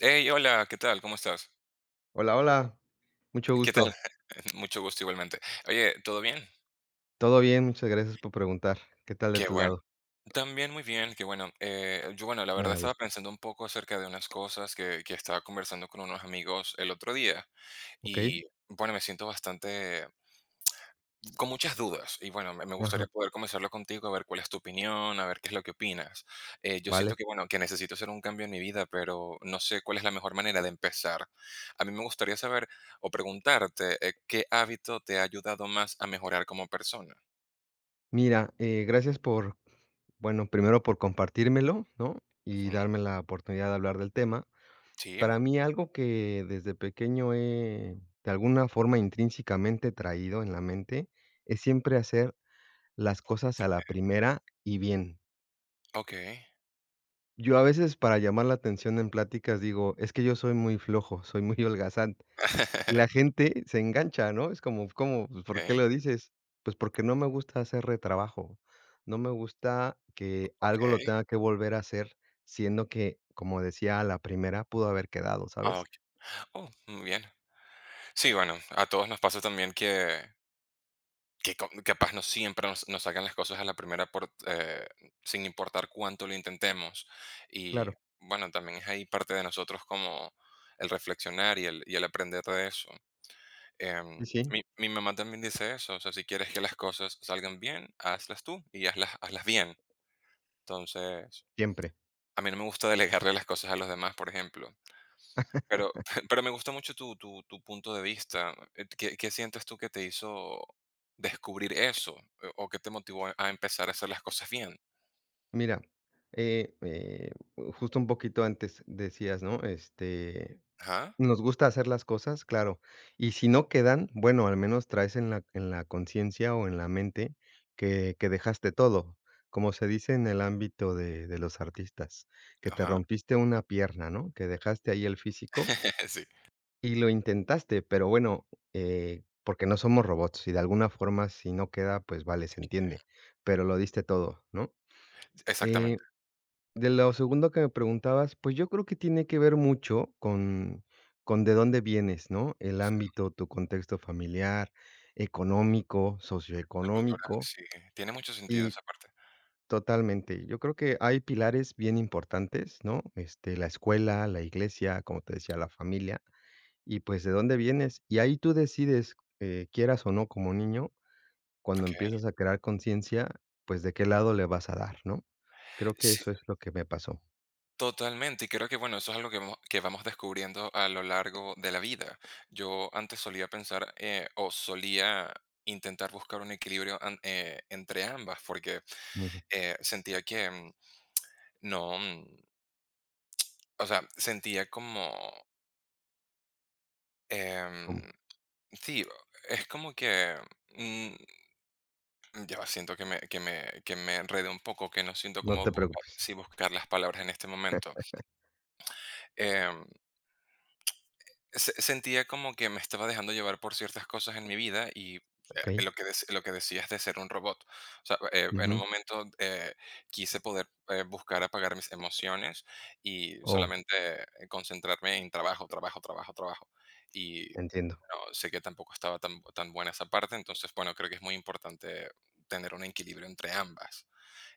Hey, hola, ¿qué tal? ¿Cómo estás? Hola, hola, mucho ¿Qué tal? gusto. Mucho gusto igualmente. Oye, ¿todo bien? Todo bien, muchas gracias por preguntar. ¿Qué tal de Qué tu bueno. lado? También muy bien, qué bueno. Yo, bueno, la Me verdad da estaba gusto. pensando un poco acerca de unas cosas que estaba conversando con unos amigos el otro día ¿Ok? y, bueno, me siento bastante con muchas dudas y bueno, me Ajá, gustaría poder conversarlo contigo, a ver cuál es tu opinión, a ver qué es lo que opinas. Yo vale. siento que, bueno, que necesito hacer un cambio en mi vida, pero no sé cuál es la mejor manera de empezar. A mí me gustaría saber o preguntarte qué hábito te ha ayudado más a mejorar como persona. Mira, gracias por, bueno, primero por compartírmelo, ¿no? Y Ujú. darme la oportunidad de hablar del tema. Sí. Para mí, algo que desde pequeño he, de alguna forma, intrínsecamente traído en la mente, es siempre hacer las cosas a la primera y bien. Ok. Yo a veces para llamar la atención en pláticas digo, es que yo soy muy flojo, soy muy holgazán. La gente se engancha, ¿no? Es como ¿cómo? Pues, ¿por qué Ok, lo dices? Pues, porque no me gusta hacer retrabajo. No me gusta que algo lo ok. tenga que volver a hacer, siendo que, como decía, a la primera pudo haber quedado, Ah, ¿sabes? ok. Oh, muy bien. Sí, bueno, a todos nos pasa también que capaz no siempre nos sacan las cosas a la primera sin importar cuánto lo intentemos. Y Claro. bueno, también es ahí parte de nosotros como el reflexionar y el aprender de eso. Em, Sí, sí, mi mamá también dice eso, o sea, si quieres que las cosas salgan bien, hazlas tú y hazlas bien. Entonces, siempre. a mí no me gusta delegarle las cosas a los demás, por ejemplo. Pero, pero me gustó mucho tu punto de vista. ¿Qué sientes tú que te hizo descubrir eso? ¿O qué te motivó a empezar a hacer las cosas bien? Mira, eh eh, justo un poquito antes decías, ¿no? Este, Ajá, nos gusta hacer las cosas, claro. Y si no quedan, bueno, al menos traes en la conciencia o en la mente que dejaste todo, como se dice en el ámbito de los artistas, que te ajá. rompiste una pierna, ¿no? Que dejaste ahí el físico Sí, y lo intentaste, pero bueno, porque no somos robots y de alguna forma si no queda, pues vale, se entiende, pero lo diste todo, ¿no? Eh, exactamente. de lo segundo que me preguntabas, pues, yo creo que tiene que ver mucho con de dónde vienes, ¿no? El ámbito, tu contexto familiar, económico, La cultura, socioeconómico, sí. Tiene mucho sentido y esa parte. totalmente. Yo creo que hay pilares bien importantes, ¿no? Este, la escuela, la iglesia, como te decía, la familia, y, pues, de dónde vienes. Y ahí tú decides, quieras o no, como niño, cuando Ok. empiezas a crear conciencia, pues, de qué lado le vas a dar, ¿no? Creo que Sí, eso es lo que me pasó. totalmente. Y creo que, bueno, eso es algo que vamos descubriendo a lo largo de la vida. Yo antes solía pensar o solía intentar buscar un equilibrio entre ambas porque Ujú. Sentía que no. O sea, sentía como, em, sí, es como que, mm, ya va, siento que me enredé un poco, que no siento No como te buscar, preocupes. sí, buscar las palabras en este momento. Em, Sentía como que me estaba dejando llevar por ciertas cosas en mi vida y ¿Ok? lo que decías de ser un robot. O sea, en un Ujú. momento quise poder buscar apagar mis emociones y Oh, solamente concentrarme en trabajo, trabajo, trabajo, trabajo. entiendo, No, sé que tampoco estaba tan, tan buena esa parte. Entonces, bueno, creo que es muy importante tener un equilibrio entre ambas.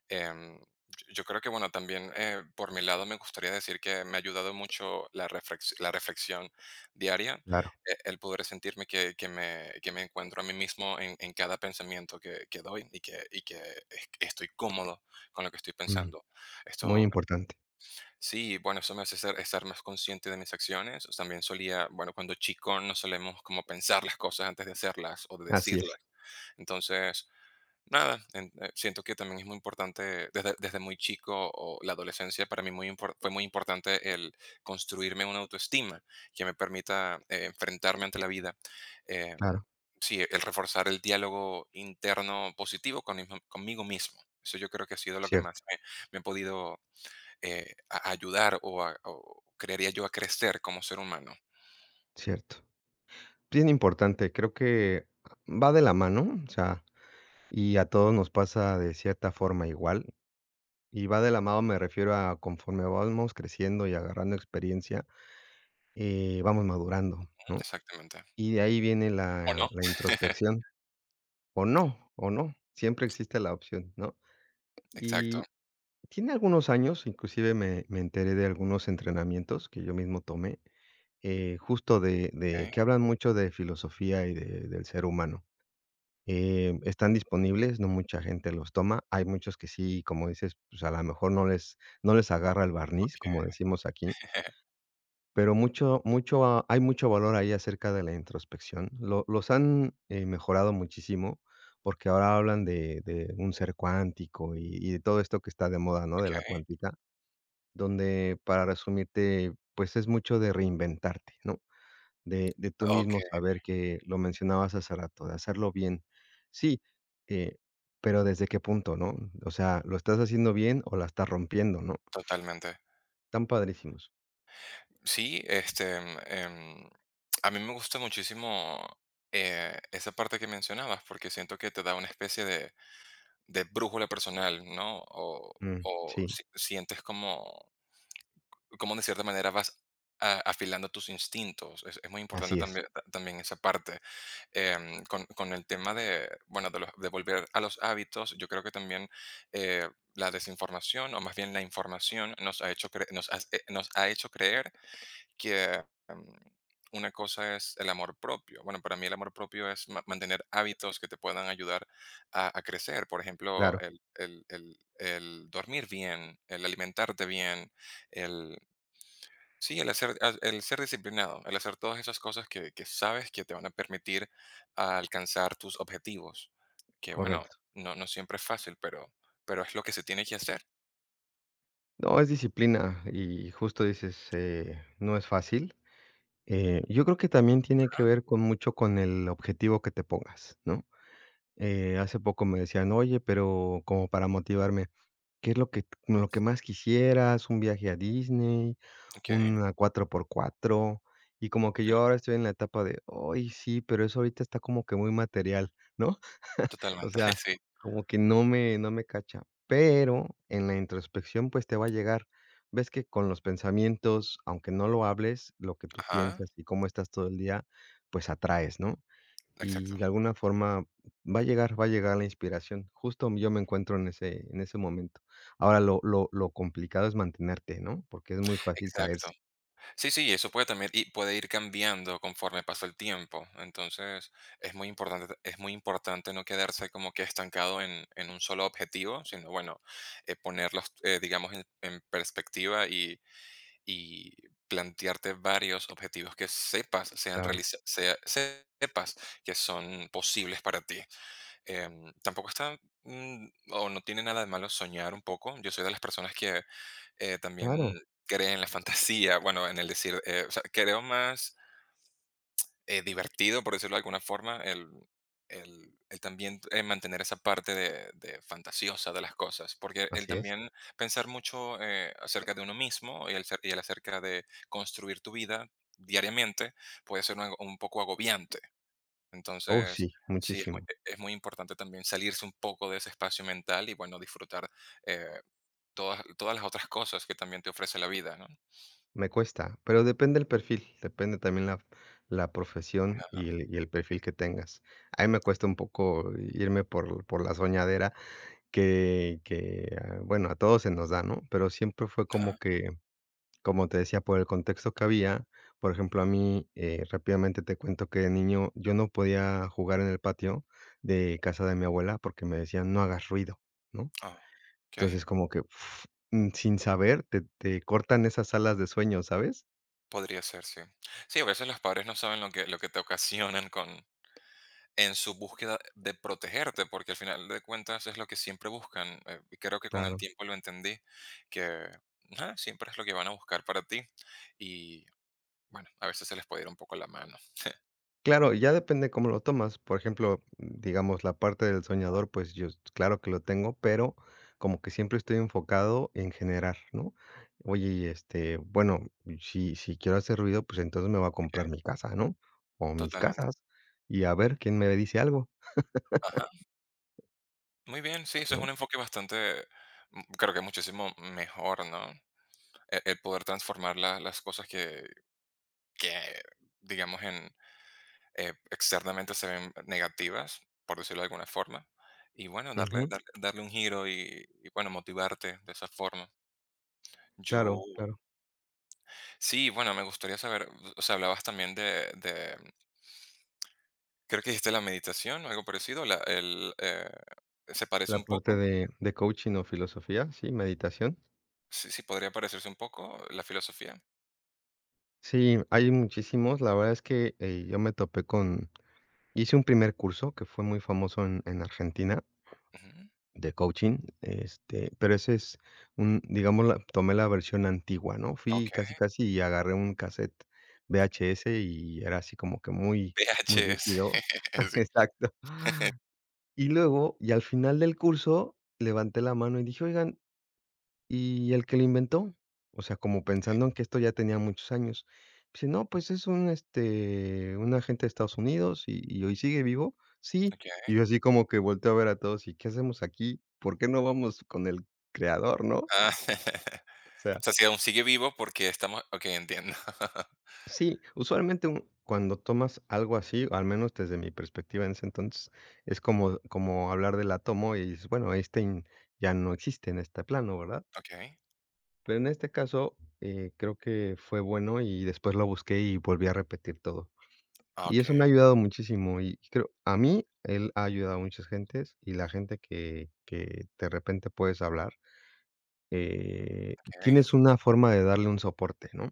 Em, yo yo creo que, bueno, también por mi lado me gustaría decir que me ha ayudado mucho la reflexión diaria. claro. El poder sentirme que me encuentro a mí mismo en cada pensamiento que doy y que es- estoy cómodo con lo que estoy Mm, pensando. muy Esto importante. Sí, bueno, eso me hace estar más consciente de mis acciones. También solía, bueno, cuando chico no solemos como pensar las cosas antes de hacerlas o de Así es, decirlas. Entonces, nada, siento que también es muy importante, desde muy chico o la adolescencia. Para mí fue muy importante el construirme una autoestima que me permita enfrentarme ante la vida. Eh, claro, sí, el reforzar el diálogo interno positivo conmigo mismo. Eso yo creo que ha sido lo que cierto, más me ha podido a ayudar o creería yo a crecer como ser humano. cierto. Bien importante, creo que va de la mano, o sea, y a todos nos pasa de cierta forma igual, y va de la mano, me refiero a conforme vamos creciendo y agarrando experiencia, vamos madurando, Mm. ¿no? Exactamente. Y de ahí viene ¿O no? la introspección, o no, siempre existe la opción, ¿no? Exacto. Y tiene algunos años, inclusive me enteré de algunos entrenamientos que yo mismo tomé, justo de Ok, que hablan mucho de filosofía y de del ser humano. Están disponibles, no mucha gente los toma. Hay muchos que sí, como dices, pues, a lo mejor no les no les agarra el barniz, ok, como decimos aquí, pero mucho a hay mucho valor ahí acerca de la introspección. Lo los han, mejorado muchísimo, porque ahora hablan de un ser cuántico y de todo esto que está de moda, ¿no?, de la ok, cuántica. Donde, para resumirte, pues, es mucho de reinventarte, ¿no? De tú ok, mismo saber que lo mencionabas hace rato, de hacerlo bien. Sí, eh, pero ¿desde qué punto, no? O sea, ¿lo estás haciendo bien o la estás rompiendo, no? totalmente. Tan padrísimos. Sí, este, a mí me gusta muchísimo esa parte que mencionabas porque siento que te da una especie de brújula personal, ¿no? O, Mm, o sí, si- sientes como de cierta manera vas afilando tus instintos. Es muy importante así es. también esa parte. Con el tema de, bueno, de, de volver a los hábitos, yo creo que también eh, la desinformación, o más bien la información, nos ha hecho creer que una cosa es el amor propio. Bueno, para mí el amor propio es mantener hábitos que te puedan ayudar a crecer. Por ejemplo, Claro, el dormir bien, el alimentarte bien. Sí, el hacer, el ser disciplinado, el hacer todas esas cosas que sabes que te van a permitir alcanzar tus objetivos. Que bueno, correcto. no, no siempre es fácil, pero es lo que se tiene que hacer. No, es disciplina y justo dices, no es fácil. Yo creo que también tiene que ver con mucho con el objetivo que te pongas, ¿no? Hace poco me decían: "Oye, pero", como para motivarme, "¿qué es lo que más quisieras? ¿Un viaje a Disney? ¿Ok? Una cuatro por cuatro". Y como que yo ahora estoy en la etapa de: "¡Oye, sí, pero eso ahorita está como que muy material!", ¿no? O Totalmente, sea, sí. como que no me no me cacha. Pero en la introspección, pues, te va a llegar. Ves que con los pensamientos, aunque no lo hables, lo que tú Ajá, piensas y cómo estás todo el día, pues atraes, ¿no? exacto. Y de alguna forma va a llegar la inspiración. Justo yo me encuentro en ese momento. Ahora lo complicado es mantenerte, ¿no? Porque es muy fácil caerse. Exacto. Sí, sí, eso puede también y puede ir cambiando conforme pasa el tiempo. Entonces, es muy importante no quedarse como que estancado en un solo objetivo, sino bueno, ponerlos, digamos, en perspectiva y plantearte varios objetivos que sepas sean Claro, realiza- sea- sepas que son posibles para ti. Tampoco está o no tiene nada de malo soñar un poco. Yo soy de las personas que claro, también cree en la fantasía, bueno, en el decir, o sea, creo más divertido, por decirlo de alguna forma, el, el también mantener esa parte de fantasiosa de las cosas, porque el así es. también pensar mucho acerca de uno mismo y el acerca de construir tu vida diariamente puede ser un poco agobiante. Oh, Entonces, sí, sí, muchísimo. es muy importante también salirse un poco de ese espacio mental y, bueno, disfrutar eh, todas las otras cosas que también te ofrece la vida, ¿no? Me cuesta, pero depende el perfil, depende también la profesión Ajá. y el perfil que tengas. A mí me cuesta un poco irme por la soñadera que, ah, bueno, a todos se nos da, ¿no? Pero siempre fue como Ajá. que, como te decía, por el contexto que había, por ejemplo, a mí, rápidamente te cuento que de niño yo no podía jugar en el patio de casa de mi abuela porque me decían: "No hagas ruido", ¿no? Ah, ok. Entonces, como que, uf, mm, sin saber, te cortan esas alas de sueño, ¿sabes? Podría ser, sí. Sí, a veces los padres no saben lo que te ocasionan en su búsqueda de protegerte, porque al final de cuentas es lo que siempre buscan. Y creo que con el tiempo lo entendí, que nada, siempre es lo que van a buscar para ti. Y bueno, a veces se les puede ir un poco la mano. Claro, ya depende cómo lo tomas. Por ejemplo, digamos, la parte del soñador, pues yo, s- claro que lo tengo, pero como que siempre estoy enfocado en generar, ¿no? Oye, y este, bueno, si quiero hacer ruido, pues entonces me voy a comprar que- mi casa, ¿no? O mis Totalmente. casas, y a ver quién me dice algo, Ajá. Muy bien, sí, eso es ¿no? un enfoque bastante, creo que muchísimo mejor, ¿no? El poder transformar las cosas que, digamos, externamente se ven negativas, por decirlo de alguna forma. Y bueno, darle, Ujú, darle, darle un giro y bueno, motivarte de esa forma. Yo, claro, claro. sí, bueno, me gustaría saber, o sea, hablabas también de creo que dijiste la meditación o algo parecido, ¿se parece La un parte poco? De coaching o filosofía, sí, meditación. Sí, sí, podría parecerse un poco la filosofía. Sí, hay muchísimos. La verdad es que yo me topé con, hice un primer curso que fue muy famoso en Argentina Ujú. de coaching, este, pero ese es un digamos, la tomé la versión antigua, ¿no? Fui Ok, casi, casi y agarré un casete VHS y era así como que muy, muy PHS, rígido. sí, Exacto. Y luego, y al final del curso, levanté la mano y dije: "Oigan, y el que lo inventó", o sea, como pensando en que esto ya tenía muchos años, dice: "No, pues es un, este, un agente de Estados Unidos y hoy sigue vivo". "Sí". ok. Y yo así como que volteo a ver a todos, ¿y qué hacemos aquí? ¿Por qué no vamos con el creador, no? Ah, O o sea, sea, si aún sigue vivo porque estamos, ok, entiendo. sí, usualmente un cuando tomas algo así, o al menos desde mi perspectiva en ese entonces, es como como hablar del átomo y dices: "Bueno, Einstein ya no existe en este plano, ¿verdad?". Ok, Pero en este caso, creo que fue bueno y después lo busqué y volví a repetir todo. Y ok, eso me ha ayudado muchísimo y creo a mí él ha ayudado a muchas gentes y la gente que de repente puedes hablar, ok. tienes una forma de darle un soporte, ¿no?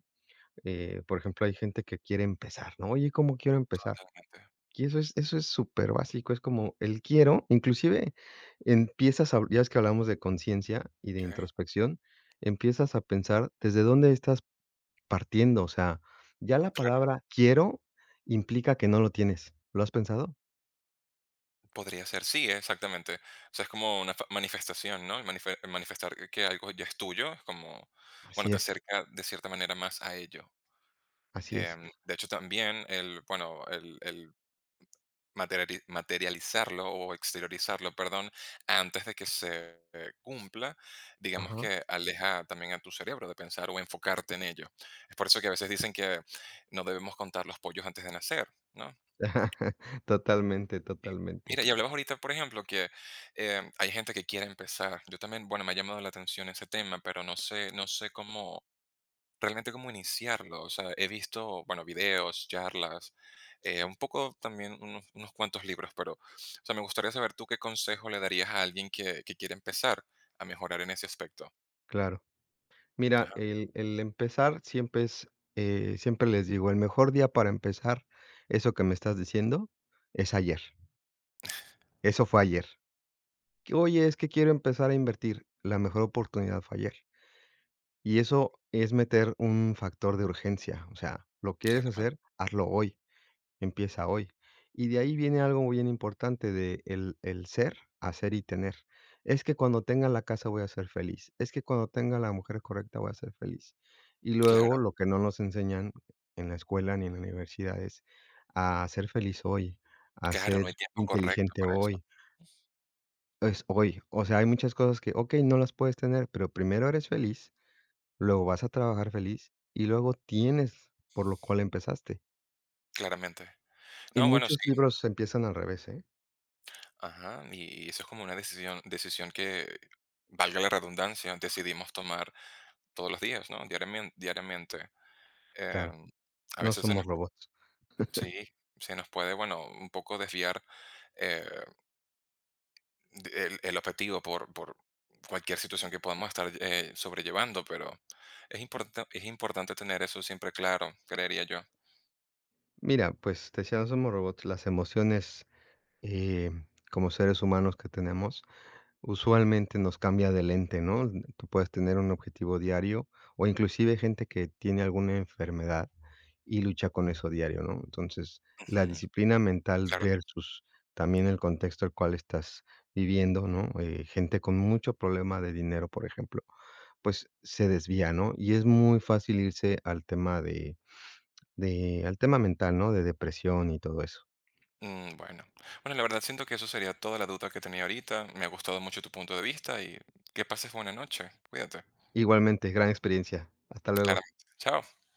Por ejemplo, hay gente que quiere empezar, ¿no? Oye, ¿cómo quiero empezar? Totalmente. Y eso es súper básico, es como el quiero, inclusive empiezas a ya ves que hablamos de conciencia y de Okey, introspección, empiezas a pensar desde dónde estás partiendo, o sea, ya la claro, palabra quiero implica que no lo tienes, ¿lo has pensado? podría ser, sí, exactamente. O sea, es como una fa manifestación, ¿no? El manifestar que algo ya es tuyo, es como, bueno, Así te es, acerca de cierta manera más a ello. así es. De hecho, también el, bueno, el materializarlo o exteriorizarlo, perdón, antes de que se cumpla, digamos Ajá. que aleja también a tu cerebro de pensar o enfocarte en ello. Es por eso que a veces dicen que no debemos contar los pollos antes de nacer, ¿no? Totalmente, Sí. totalmente, Mira, y hablabas ahorita, por ejemplo, que, hay gente que quiere empezar. Yo también, bueno, me ha llamado la atención ese tema, pero no sé cómo realmente cómo iniciarlo. O sea, he visto, bueno, videos, charlas, un poco también unos cuantos libros, pero, o sea, me gustaría saber tú qué consejo le darías a alguien que quiere empezar a mejorar en ese aspecto. claro. Mira, Ajá, el empezar siempre es, siempre les digo, el mejor día para empezar eso que me estás diciendo es ayer. Eso fue ayer. Que, oye, es que quiero empezar a invertir. La mejor oportunidad fue ayer. Y eso es meter un factor de urgencia, o sea, lo quieres claramente. hacer, hazlo hoy. Empieza hoy. Y de ahí viene algo bien importante de el ser, hacer y tener. Es que cuando tenga la casa voy a ser feliz, es que cuando tenga la mujer correcta voy a ser feliz. Y Claro, luego lo que no nos enseñan en la escuela ni en la universidad es a ser feliz hoy, a claro, ser no hay tiempo correcto inteligente para eso, hoy, es hoy. O sea, hay muchas cosas que, okey, no las puedes tener, pero primero eres feliz, luego vas a trabajar feliz y luego tienes por lo cual empezaste. claramente. Y No, bueno, sí. muchos libros empiezan al revés, ¿eh? Ajá, y eso es como una decisión decisión que, valga la redundancia, decidimos tomar todos los días, ¿no? Diariamente, diariamente. Claro. Em, a No veces se nos somos robots. sí, se nos puede, bueno, un poco desviar, eh, de el objetivo por cualquier situación que podamos estar, sobrellevando, pero es importante tener eso siempre claro, creería yo. Mira, pues, te decía, no somos robots. Las emociones, eh, como seres humanos que tenemos, usualmente nos cambia de lente, ¿no? Tú puedes tener un objetivo diario, o inclusive gente que tiene alguna enfermedad y lucha con eso diario, ¿no? Entonces, Ujú, la disciplina mental claro. versus también el contexto al cual estás viviendo, ¿no? Gente con mucho problema de dinero, por ejemplo, pues, se desvía, ¿no? Y es muy fácil irse al tema de al tema mental, ¿no? De depresión y todo eso. Mm, bueno. Bueno, la verdad siento que eso sería toda la duda que tenía ahorita. Me ha gustado mucho tu punto de vista y que pases buena noche. Cuídate. Igualmente, gran experiencia. Hasta luego. Claro. Chao.